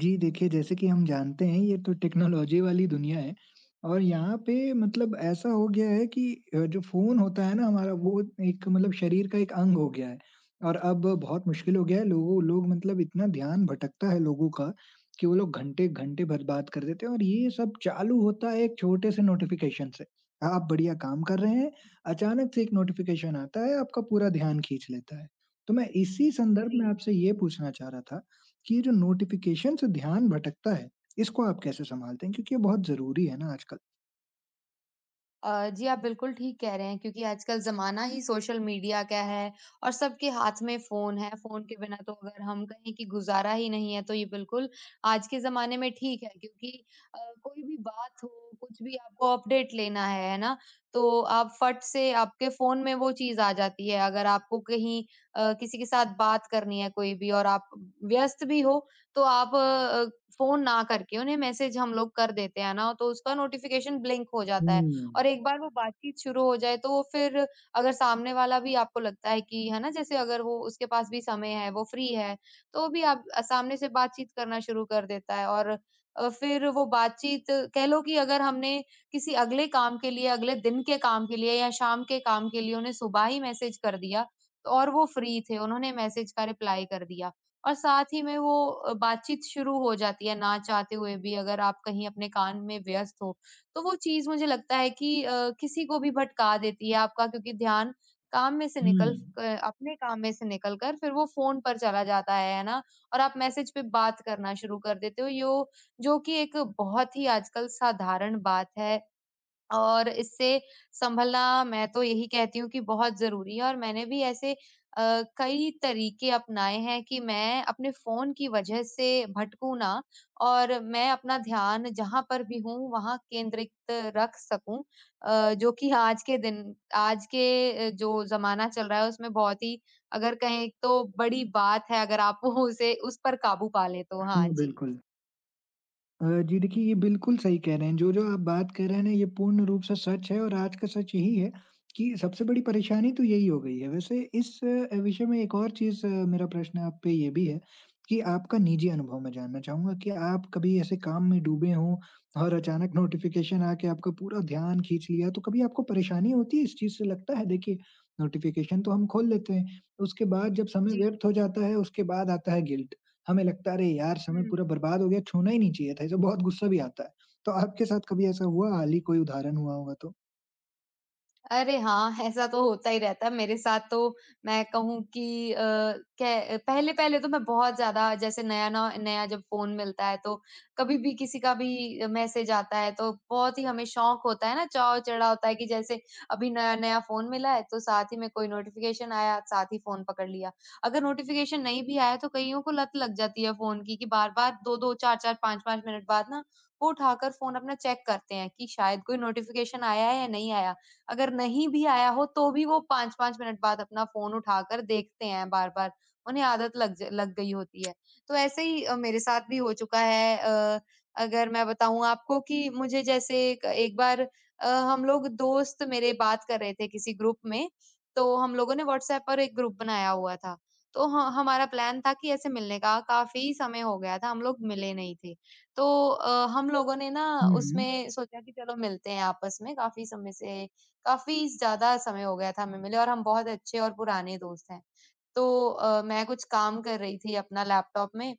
जी, देखिए जैसे कि हम जानते हैं ये तो टेक्नोलॉजी वाली दुनिया है और यहाँ पे मतलब ऐसा हो गया है कि जो फ़ोन होता है ना हमारा वो एक मतलब शरीर का एक अंग हो गया है और अब बहुत मुश्किल हो गया है लोग मतलब इतना ध्यान भटकता है लोगों का कि वो लोग घंटे-घंटे भर बात कर देते हैं और ये सब चालू होता है एक छोटे से नोटिफ़िकेशन से। आप बढ़िया काम कर रहे हैं, अचानक से एक नोटिफ़िकेशन आता है, आपका पूरा ध्यान खींच लेता है। तो मैं इसी संदर्भ जी। में आपसे ये पूछना चाह रहा था कि ये जो नोटिफ़िकेशन से ध्यान भटकता है, इसको आप कैसे सँभालते हैं? क्योंकि ये बहुत ज़रूरी है ना आजकल। जी, आप बिल्कुल ठीक कह रहे हैं क्योंकि आजकल ज़माना ही सोशल मीडिया का है और सबके हाथ में फ़ोन है। फ़ोन के बिना तो अगर हम कहें कि गुज़ारा ही नहीं है, तो ये बिल्कुल आज के ज़माने में ठीक है, क्योंकि अ, कोई भी बात हो, कुछ भी आपको अपडेट लेना है ना? तो आप फट से आपके फ़ोन में वो चीज़ आ जाती है। अगर आपको कहीं किसी के साथ बात करनी है कोई भी और आप व्यस्त भी हो, तो आप फ़ोन ना करके उन्हें मैसेज हम लोग कर देते हैं ना, तो उसका नोटिफ़िकेशन ब्लिंक हो जाता है। हुँ। और एक बार वो बातचीत शुरू हो जाए तो वो फिर, अगर सामने वाला भी आपको लगता है कि है ना, जैसे अगर वो, उसके पास भी समय है, वो फ्री है, तो भी आप सामने से बातचीत करना शुरू कर देता है, और फिर वो बातचीत, कह लो कि अगर हमने किसी अगले काम के लिए, अगले दिन के काम के लिए या शाम के काम के लिए उन्हें सुबह ही मैसेज कर दिया, तो, और वो फ्री थे, उन्होंने मैसेज का रिप्लाई कर दिया और साथ ही में वो बातचीत शुरू हो जाती है ना चाहते हुए भी, अगर आप कहीं अपने काम में व्यस्त हो। तो वो चीज़ मुझे लगता है कि किसी को भी भटका देती है आपका, क्योंकि ध्यान काम में से हुँ। निकल क अपने काम में से निकल कर फिर वो फ़ोन पर चला जाता है ना? और आप मैसेज पे बात करना शुरू कर देते हो, यो जो कि एक बहुत ही आजकल साधारण बात है, और इससे संभलना मैं तो यही कहती हूँ कि बहुत ज़रूरी है। और मैंने भी ऐसे कई तरीके अपनाए हैं कि मैं अपने फ़ोन की वजह से भटकूँ ना, और मैं अपना ध्यान जहाँ पर भी हूँ वहाँ केंद्रित रख सकूँ। जो कि आज के दिन, आज के जो ज़माना चल रहा है उसमें बहुत ही, अगर कहें तो बड़ी बात है अगर आप उसे उस पर काबू पा लें तो। हाँ हुँ, जी। बिल्कुल। जी देखिए, ये बिल्कुल सही कह रहे हैं। जो-जो आप बात कर रहे हैं ना ये पूर्ण रूप से सच है और आज का सच यही है कि सबसे बड़ी परेशानी तो यही हो गई है। वैसे इस विषय में एक और चीज़ मेरा प्रश्न आप पे ये भी है कि आपका निजी अनुभव मैं जानना चाहूँगा कि आप कभी ऐसे काम में डूबे हों और अचानक नोटिफ़िकेशन आके आपका पूरा ध्यान खींच लिया, तो कभी आपको परेशानी होती है इस चीज़ से? लगता है देखिए, नोटिफ़िकेशन तो हम खोल लेते हैं, उसके बाद जब समय जी। व्यर्थ हो जाता है, उसके बाद आता है गिल्ट। हमें लगता है अरे यार! समय हुँ। पूरा बर्बाद हो गया, छूना ही नहीं चाहिए था इसे, बहुत गुस्सा भी आता है। तो आपके साथ कभी ऐसा हुआ हाल ही कोई उदाहरण हुआ होगा तो? अरे हाँ, ऐसा तो होता ही रहता है। मेरे साथ तो, मैं कहूँ कि कै पहले-पहले तो मैं बहुत ज़्यादा, जैसे नया ना, नया जब फ़ोन मिलता है, तो कभी भी किसी का भी मैसेज आता है तो बहुत ही हमें शौक होता है ना, चाव चढ़ा होता है कि जैसे अभी नया-नया फ़ोन मिला है, तो साथ ही में कोई नोटिफ़िकेशन आया, साथ ही फ़ोन पकड़ लिया। अगर नोटिफ़िकेशन नहीं भी आया, तो कइयों को लत लग जाती है फ़ोन की, कि बार-बार 2-2, 4-4, 5-5 मिनट बाद ना वो उठाकर फ़ोन अपना चेक करते हैं कि शायद कोई नोटिफ़िकेशन आया है या नहीं आया। अगर नहीं भी आया हो तो भी वो 5-5 मिनट बाद अपना फ़ोन उठाकर देखते हैं बार-बार, उन्हें आदत लग गई होती है। तो ऐसे ही मेरे साथ भी हो चुका है। अगर मैं बताऊँ आपको कि मुझे, जैसे एक एक बार, हम लोग दोस्त मेरे बात कर रहे थे किसी ग्रुप में, तो हम लोगों ने व्हाट्सएप पर एक ग्रुप बनाया हुआ था। तो ह हमारा प्लान था कि ऐसे मिलने का, काफ़ी समय हो गया था, हम लोग मिले नहीं थे। तो हम लोगों ने ना हुँ, हुँ। उसमें सोचा कि चलो मिलते हैं आपस में, काफ़ी समय से, काफ़ी ज़्यादा समय हो गया था हमें मिले, और हम बहुत अच्छे और पुराने दोस्त हैं। तो मैं कुछ काम कर रही थी अपना लैपटॉप में,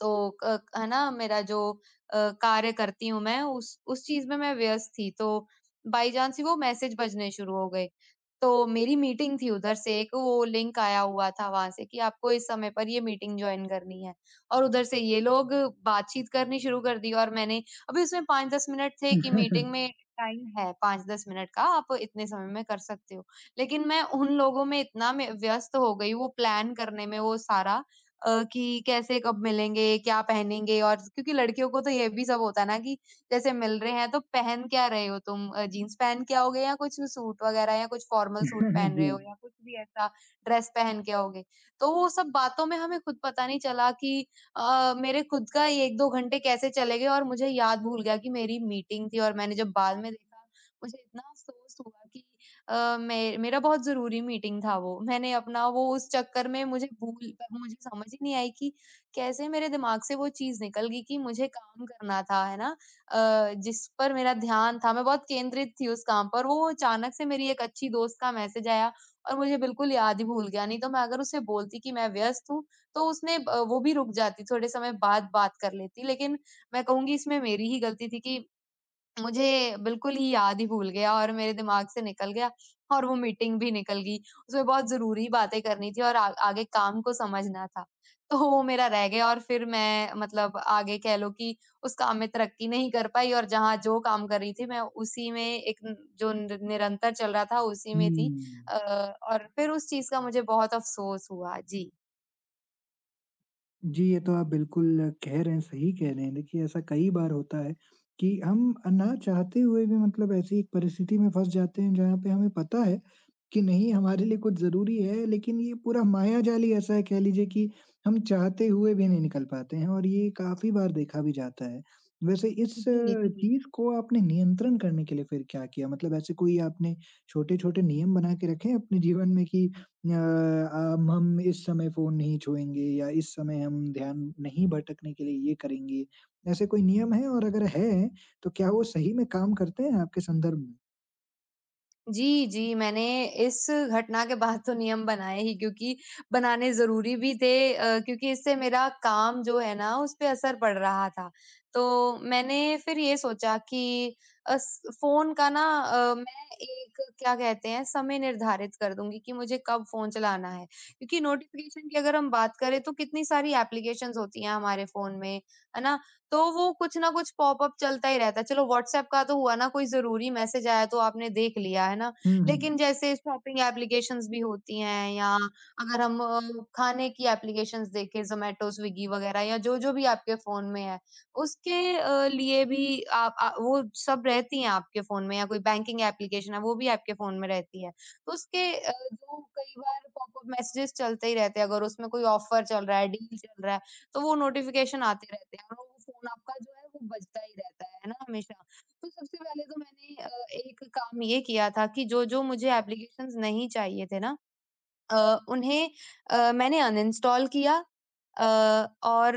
तो क है ना, मेरा जो कार्य करती हूँ मैं, उस चीज़ में मैं व्यस्त थी, तो बाई चांस ही वो मैसेज बजने शुरू हो गए। तो मेरी मीटिंग थी, उधर से एक वो लिंक आया हुआ था वहाँ से कि आपको इस समय पर ये मीटिंग जॉइन करनी है, और उधर से ये लोग बातचीत करनी शुरू कर दी, और मैंने, अभी उसमें 5-10 मिनट थे कि मीटिंग में, टाइम है 5-10 मिनट का, आप इतने समय में कर सकते हो। लेकिन मैं उन लोगों में इतना में व्यस्त हो गई, वो प्लान करने में, वो सारा, कि कैसे कब मिलेंगे, क्या पहनेंगे, और क्योंकि लड़कियों को तो ये भी सब होता है ना कि जैसे मिल रहे हैं तो पहन क्या रहे हो तुम, जीन्स पहन के आओगे, या कुछ सूट वगैरह, या कुछ फॉर्मल सूट पहन जी। रहे हो, या कुछ भी ऐसा ड्रेस पहन के आओगे। तो वो सब बातों में हमें खुद पता नहीं चला कि मेरे खुद का 1-2 घंटे कैसे चले गए, और मुझे याद भूल गया कि मेरी मीटिंग थी, और मैंने जब बाद में देखा, मुझे इतना अफ़सोस हुआ कि मे मेरा बहुत ज़रूरी मीटिंग था वो। मैंने अपना वो उस चक्कर में, मुझे समझ ही नहीं आई कि कैसे मेरे दिमाग से वो चीज़ निकल गई कि मुझे काम करना था, है ना? जिस पर मेरा ध्यान था, मैं बहुत केंद्रित थी उस काम पर। वो अचानक से मेरी एक अच्छी दोस्त का मैसेज आया और मुझे बिल्कुल याद ही भूल गया, नहीं तो मैं अगर उसे बोलती कि मैं व्यस्त हूँ, तो उसने ब वो भी रुक जाती, थोड़े समय बाद बात कर लेती। लेकिन मैं कहूँगी इसमें मेरी ही गलती थी कि मुझे बिल्कुल ही याद ही भूल गया, और मेरे दिमाग से निकल गया और वो मीटिंग भी निकल गई। उसमें बहुत ज़रूरी बातें करनी थी और आ आगे काम को समझना था। तो वो मेरा रह गया, और फिर मैं, मतलब आगे कह लो कि उस काम में तरक्की नहीं कर पाई, और जहाँ जो काम कर रही थी मैं उसी में, एक न जो नि निरंतर चल रहा था उसी में थी। हुँ। अ, और फिर उस चीज़ का मुझे बहुत अफ़सोस हुआ। जी। जी, ये तो आप बिल्कुल कह रहे हैं, सही कह रहे हैं। देखिए, ऐसा कई बार होता है कि हम ना चाहते हुए भी मतलब ऐसी एक परिस्थिति में फँस जाते हैं, जहाँ पे हमें पता है कि नहीं, हमारे लिए कुछ ज़रूरी है, लेकिन ये पूरा मायाजाल ही ऐसा है, कह लीजिए कि हम चाहते हुए भी नहीं निकल पाते हैं और ये काफ़ी बार देखा भी जाता है। वैसे इस जी, जी। चीज़ को आपने नियंत्रण करने के लिए फिर क्या किया? मतलब ऐसे कोई आपने छोटे-छोटे नियम बना के रखे हैं अपने जीवन में कि अब हम इस समय फ़ोन नहीं छुएँगे या इस समय हम ध्यान नहीं भटकने के लिए ये करेंगे। ऐसे कोई नियम है और अगर है, तो क्या वो सही में काम करते हैं आपके संदर्भ में? जी, जी, मैंने इस घटना के बाद तो नियम बनाए ही, क्योंकि बनाने ज़रूरी भी थे, क्योंकि इससे मेरा काम जो है ना उस पे असर पड़ रहा था। तो मैंने फिर ये सोचा कि अस फ़ोन का ना, मैं एक क्या कहते हैं, समय निर्धारित कर दूँगी कि मुझे कब फ़ोन चलाना है। क्योंकि नोटिफ़िकेशन की अगर हम बात करें तो कितनी सारी एप्लीकेशंस होती हैं हमारे फ़ोन में, है ना? तो वो कुछ ना कुछ पॉपअप चलता ही रहता है। चलो, व्हाट्सएप का तो हुआ ना, कोई ज़रूरी मैसेज आया तो आपने देख लिया, है ना? हुँ, लेकिन हुँ। जैसे शॉपिंग एप्लीकेशंस भी होती हैं, या अगर हम खाने की एप्लीकेशंस देखें, ज़ोमैटो, स्विगी वगैरह, या जो-जो भी आपके फ़ोन में है, उसके लिए भी आप, वो सब रहती हैं आपके फ़ोन में, या कोई बैंकिंग एप्लीकेशन है, वो भी आपके फ़ोन में रहती है। तो उसके जो कई बार पॉपअप मैसेजेस चलते ही रहते हैं, अगर उसमें कोई ऑफ़र चल रहा है, डील चल रहा है, तो वो नोटिफ़िकेशन आते रहते हैं और वो फ़ोन आपका जो है वो बजता ही रहता है ना, हमेशा। तो सबसे पहले तो मैंने एक काम ये किया था कि जो-जो मुझे एप्लीकेशंस नहीं चाहिए थे ना, उन्हें मैंने अनइंस्टॉल किया। अ, और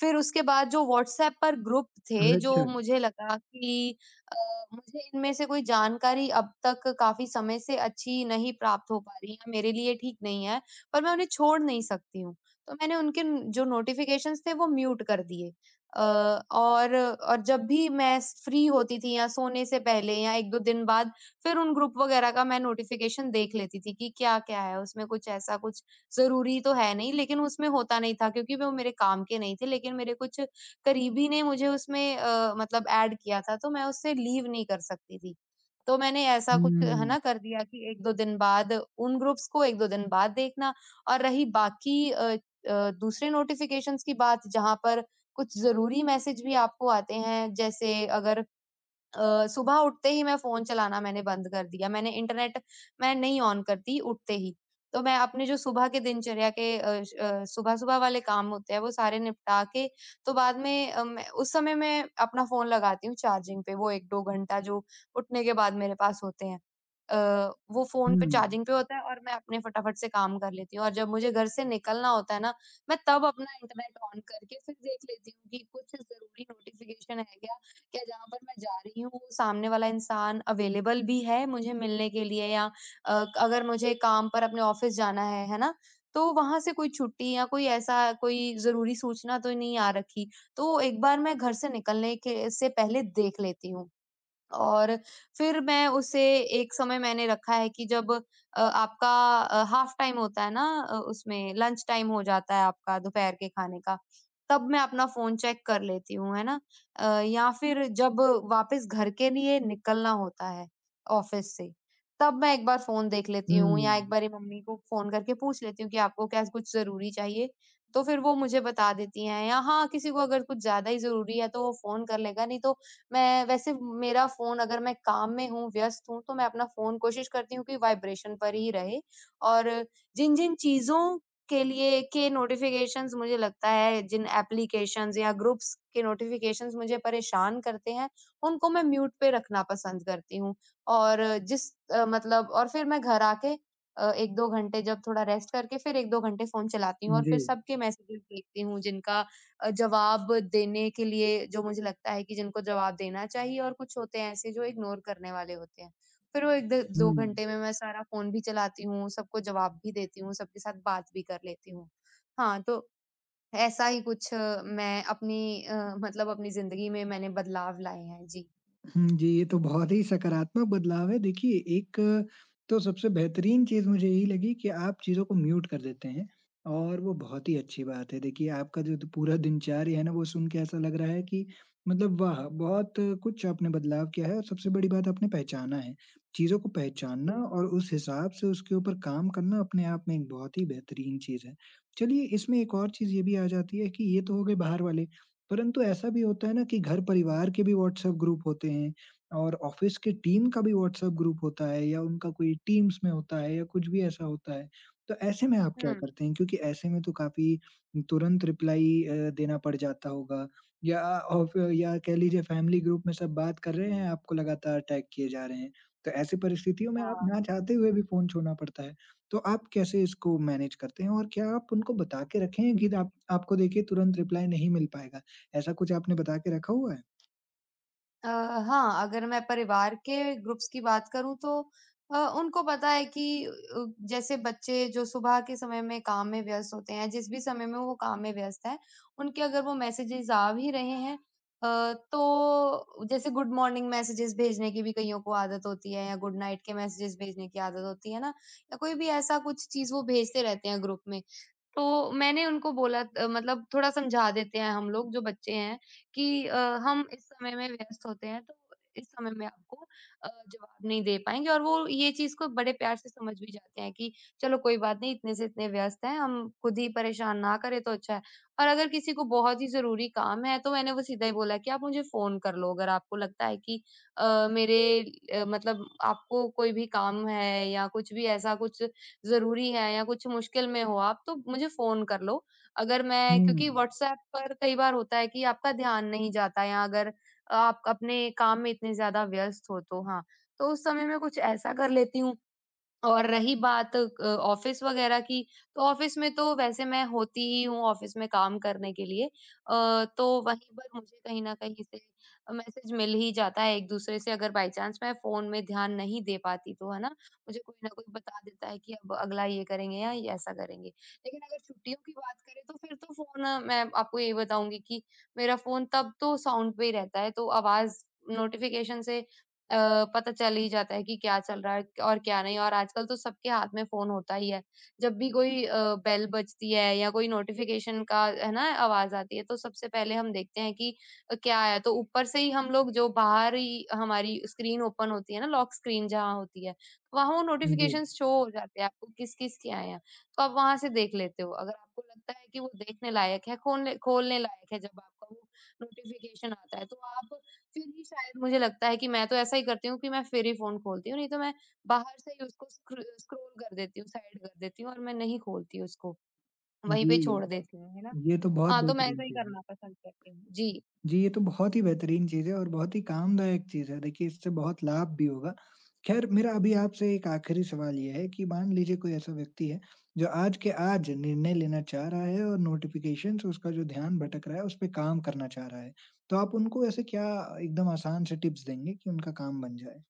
फिर उसके बाद जो व्हाट्सएप पर ग्रुप थे, जो अच्छा। मुझे लगा कि अ, मुझे इनमें से कोई जानकारी अब तक काफ़ी समय से अच्छी नहीं प्राप्त हो पा रही है, मेरे लिए ठीक नहीं है, पर मैं उन्हें छोड़ नहीं सकती हूँ, तो मैंने उनके न जो नोटिफ़िकेशंस थे, वो म्यूट कर दिए। अ, और जब भी मैं स फ्री होती थी या सोने से पहले या 1-2 दिन बाद, फिर उन ग्रुप वगैरह का मैं नोटिफ़िकेशन देख लेती थी कि क्या-क्या है, उसमें कुछ ऐसा, कुछ ज़रूरी तो है नहीं, लेकिन उसमें होता नहीं था क्योंकि वो मेरे काम के नहीं थे, लेकिन मेरे कुछ करीबी ने मुझे उसमें मतलब ऐड किया था, तो मैं उससे लीव नहीं कर सकती थी। तो मैंने ऐसा कुछ है हुँ, ना कर दिया कि 1-2 दिन बाद, उन ग्रुप्स को 1-2 दिन बाद देखना। और रही बाकी दूसरे नोटिफ़िकेशंस की बात, जहाँ पर कुछ ज़रूरी मैसेज भी आपको आते हैं, जैसे अगर सुबह उठते ही मैं फ़ोन चलाना मैंने बंद कर दिया। मैंने इंटरनेट मैं नहीं ऑन करती उठते ही। तो मैं अपने जो सुबह के दिनचर्या के सुबह-सुबह वाले काम होते हैं वो सारे निपटा के, तो बाद में मैं उस समय, मैं अपना फ़ोन लगाती हूँ चार्जिंग पे, वो 1-2 घंटा जो उठने के बाद मेरे पास होते हैं। अ, वो हुँ, फ़ोन पे चार्जिंग पे होता है, और मैं अपने फटाफट से काम कर लेती हूँ, और जब मुझे घर से निकलना होता है ना, मैं तब अपना इंटरनेट ऑन करके फिर देख लेती हूँ कि कुछ ज़रूरी नोटिफ़िकेशन है क्या? क्या जहाँ पर मैं जा रही हूँ वो सामने वाला इंसान अवेलेबल भी है मुझे मिलने के लिए, या अगर मुझे काम पर अपने ऑफिस जाना है ना? तो वहाँ से कोई छुट्टी या कोई ऐसा कोई ज़रूरी सूचना तो नहीं आ रखी। तो एक बार मैं घर से निकलने के से पहले देख लेती हूँ। और फिर मैं उसे एक समय मैंने रखा है कि जब आपका हाफ टाइम होता है ना, उसमें लंच टाइम हो जाता है आपका दोपहर के खाने का, तब मैं अपना फ़ोन चेक कर लेती हूँ, है ना? या फिर जब वापस घर के लिए निकलना होता है ऑफ़िस से, तब मैं एक बार फ़ोन देख लेती हूँ या हुँ, एक बारी मम्मी को फ़ोन करके पूछ लेती हूँ कि आपको क्या कुछ ज़रूरी चाहिए? तो फिर वो मुझे बता देती हैं या हाँ, किसी को अगर कुछ ज़्यादा ही ज़रूरी है तो वो फ़ोन कर लेगा, नहीं तो मैं वैसे मेरा फ़ोन अगर मैं काम में हूँ, व्यस्त हूँ, तो मैं अपना फ़ोन कोशिश करती हूँ कि वाइब्रेशन पर ही रहे। और जिन-जिन चीज़ों के नोटिफ़िकेशंस मुझे लगता है, जिन एप्लीकेशंस या ग्रुप्स के नोटिफ़िकेशंस मुझे परेशान करते हैं, उनको मैं म्यूट पे रखना पसंद करती हूँ। और मतलब और फिर मैं घर आके 1-2 घंटे जब थोड़ा रेस्ट करके फिर 1-2 घंटे फ़ोन चलाती हूँ और जी, फिर सबके मैसेजेस देखती हूँ, जिनका जवाब देने के लिए जो मुझे लगता है कि जिनको जवाब देना चाहिए और कुछ होते हैं ऐसे जो इग्नोर करने वाले होते हैं। फिर वो 1 द 2 हुँ। घंटे में मैं सारा फ़ोन भी चलाती हूँ, सबको जवाब भी देती हूँ, सबके साथ बात भी कर लेती हूँ। हाँ, तो ऐसा ही कुछ मैं अपनी अ, मतलब अपनी ज़िंदगी में मैंने बदलाव लाए हैं। जी। हुँ, जी, ये तो बहुत ही सकारात्मक बदलाव है। देखिए, एक तो सबसे बेहतरीन चीज़ मुझे यही लगी कि आप चीज़ों को म्यूट कर देते हैं और वो बहुत ही अच्छी बात है। देखिए, आपका जो द पूरा दिनचर्या है ना, वो सुन के ऐसा लग रहा है कि मतलब वाह! बहुत कुछ आपने बदलाव किया है और सबसे बड़ी बात आपने पहचाना है। चीज़ों को पहचानना हुँ। और उस हिसाब से उसके ऊपर काम करना अपने आप में एक बहुत ही बेहतरीन चीज़ है। चलिए, इसमें एक और चीज़ ये भी आ जाती है कि ये तो हो गए बाहर वाले परंतु ऐसा भी होता है ना कि घर परिवार के भी व्हाट्सएप ग्रुप होते हैं और ऑफिस के टीम का भी व्हाट्सएप ग्रुप होता है या उनका कोई टीम्स में होता है या कुछ भी ऐसा होता है। तो ऐसे में आप क्या हुँ। करते हैं? क्योंकि ऐसे में तो काफ़ी तुरंत रिप्लाई देना पड़ जाता होगा या ऑफ या कह लीजिए फैमिली ग्रुप में सब बात कर रहे हैं, आपको लगातार टैग किए जा रहे हैं। तो ऐसी परिस्थितियों में आप हाँ। ना चाहते हुए भी फ़ोन छोड़ना पड़ता है। तो आप कैसे इसको मैनेज करते हैं? और क्या आप उनको बता के रखें कि आप आपको देखिए तुरंत रिप्लाई नहीं मिल पाएगा? ऐसा कुछ आपने बता के रखा हुआ है? हाँ, अगर मैं परिवार के ग्रुप्स की बात करूँ तो उनको पता है कि जैसे बच्चे जो सुबह के समय में काम में व्यस्त होते हैं, जिस भी समय में वो काम में व्यस्त हैं, उनके अगर वो मैसेजेस आ भी रहे हैं, तो जैसे गुड मॉर्निंग मैसेजेस भेजने की भी कइयों को आदत होती है या गुड नाइट के मैसेजेस भेजने की आदत होती है ना, या कोई भी ऐसा कुछ चीज़ वो भेजते रहते हैं ग्रुप में। तो मैंने उनको बोला, मतलब थोड़ा समझा देते हैं हम लोग जो बच्चे हैं कि हम इस समय में व्यस्त होते हैं तो इस समय में आपको जवाब नहीं दे पाएँगे। और वो ये चीज़ को बड़े प्यार से समझ भी जाते हैं कि चलो कोई बात नहीं, इतने से इतने व्यस्त हैं, हम खुद ही परेशान ना करें तो अच्छा है। और अगर किसी को बहुत ही ज़रूरी काम है तो मैंने वो सीधा ही बोला कि आप मुझे फ़ोन कर लो अगर आपको लगता है कि अ, मेरे अ, मतलब आपको कोई भी काम है या कुछ भी ऐसा कुछ ज़रूरी है या कुछ मुश्किल में हो आप तो मुझे फ़ोन कर लो। अगर मैं हुँ। क्योंकि व्हाट्सऐप पर कई बार होता है कि आपका ध्यान नहीं जाता या अगर आप अपने काम में इतने ज़्यादा व्यस्त हो तो हाँ। तो उस समय मैं कुछ ऐसा कर लेती हूँ। और रही बात ऑफ़िस वग़ैरह की, तो ऑफ़िस में तो वैसे मैं होती ही हूँ ऑफ़िस में काम करने के लिए। तो वहीं पर मुझे कहीं न कहीं से मैसेज मिल ही जाता है एक-दूसरे से, अगर बाय चांस मैं फ़ोन में ध्यान नहीं दे पाती तो, है ना? मुझे कोई न कोई बता देता है कि अब अगला ये करेंगे या ये ऐसा करेंगे। लेकिन अगर छुट्टियों की बात करें तो फिर तो फ़ोन मैं आपको यही बताऊँगी कि मेरा फ़ोन तब तो साउंड पे ही रहता है, तो आवाज़ नोटिफ़िकेशन से पता चल ही जाता है कि क्या चल रहा है और क्या नहीं। और आजकल तो सबके हाथ में फ़ोन होता ही है। जब भी कोई बेल बजती है या कोई नोटिफ़िकेशन का है ना आवाज़ आती है तो सबसे पहले हम देखते हैं कि क्या आया, तो ऊपर से ही हम लोग, जो बाहर ही हमारी स्क्रीन ओपन होती है ना, लॉक स्क्रीन जहाँ होती है, वहाँ वो जी। नोटिफ़िकेशंस शो हो जाते हैं आपको किस-किस के आए हैं। तो आप वहाँ से देख लेते हो। अगर आपको लगता है कि वो देखने लायक है, खोलने खोलने लायक है, जब आपका वो नोटिफ़िकेशन आता है तो आप फिर ही, शायद मुझे लगता है कि मैं तो ऐसा ही करती हूँ कि मैं फिर ही फ़ोन खोलती हूँ, नहीं तो मैं बाहर से ही उसको स्क्रॉल कर देती हूँ, साइड कर देती हूँ और मैं नहीं खोलती उसको, वहीं पे छोड़ देती जी। करती हैं, है ना? ये तो बहुत हाँ, तो मैं बेहतरीन ऐसा ही चीज़ है। करना पसंद करती हूँ। जी। जी, ये तो बहुत ही बेहतरीन चीज़ है और बहुत ही कामदायक चीज़ है। देखिए, इससे बहुत लाभ भी होगा। ख़ैर मेरा अभी आपसे एक आख़िरी सवाल ये है कि मान लीजिए कोई ऐसा व्यक्ति है, जो आज के आज निर्णय लेना चाह रहा है और नोटिफ़िकेशंस उसका जो ध्यान भटक रहा है, उस पे काम करना चाह रहा है। तो आप उनको ऐसे क्या एकदम आसान से टिप्स देंगे कि उनका काम बन जाए?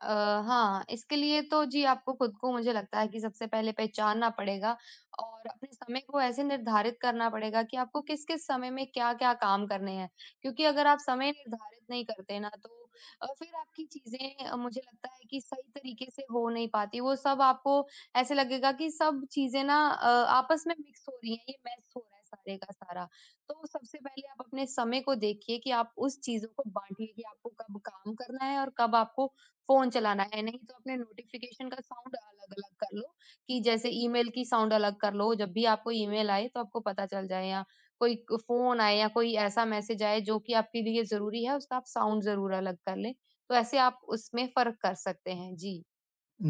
अ, हाँ, इसके लिए तो जी आपको खुद को, मुझे लगता है कि सबसे पहले पहचानना पड़ेगा और अपने समय को ऐसे निर्धारित करना पड़ेगा कि आपको किस-किस समय में क्या-क्या काम करने हैं। क्योंकि अगर आप समय निर्धारित नहीं करते ना तो फिर आपकी चीज़ें, मुझे लगता है कि सही तरीके से हो नहीं पाती। वो सब आपको ऐसे लगेगा कि सब चीज़ें ना आपस में मिक्स हो रही हैं, ये मैस हो रहा है सारे का सारा। तो सबसे पहले आप अपने समय को देखिए कि आप उस चीज़ों को बाँटिए कि आपको कब काम करना है और कब आपको फ़ोन चलाना है, नहीं तो अपने नोटिफ़िकेशन का साउंड अलग-अलग कर लो। कि जैसे ईमेल की साउंड अलग कर लो, जब भी आपको ईमेल आए तो आपको पता चल जाए, या कोई क फ़ोन आए या कोई ऐसा मैसेज आए जो कि आपके लिए ज़रूरी है, उसका आप साउंड ज़रूर अलग कर लें। तो ऐसे आप उसमें फ़र्क कर सकते हैं। जी।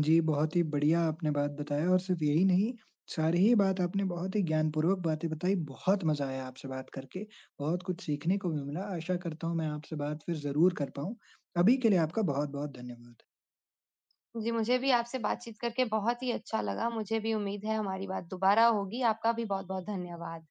जी, बहुत ही बढ़िया आपने बात बताया और सिर्फ़ यही नहीं, सारी ही बात आपने बहुत ही ज्ञानपूर्वक बातें बताई, बहुत मज़ा आया आपसे बात करके, बहुत कुछ सीखने को भी मिला। आशा करता हूँ मैं आपसे बात फिर ज़रूर कर पाऊँ। अभी के लिए आपका बहुत-बहुत धन्यवाद। जी, मुझे भी आपसे बातचीत करके बहुत ही अच्छा लगा। मुझे भी उम्मीद है हमारी बात दोबारा होगी। आपका भी बहुत-बहुत धन्यवाद।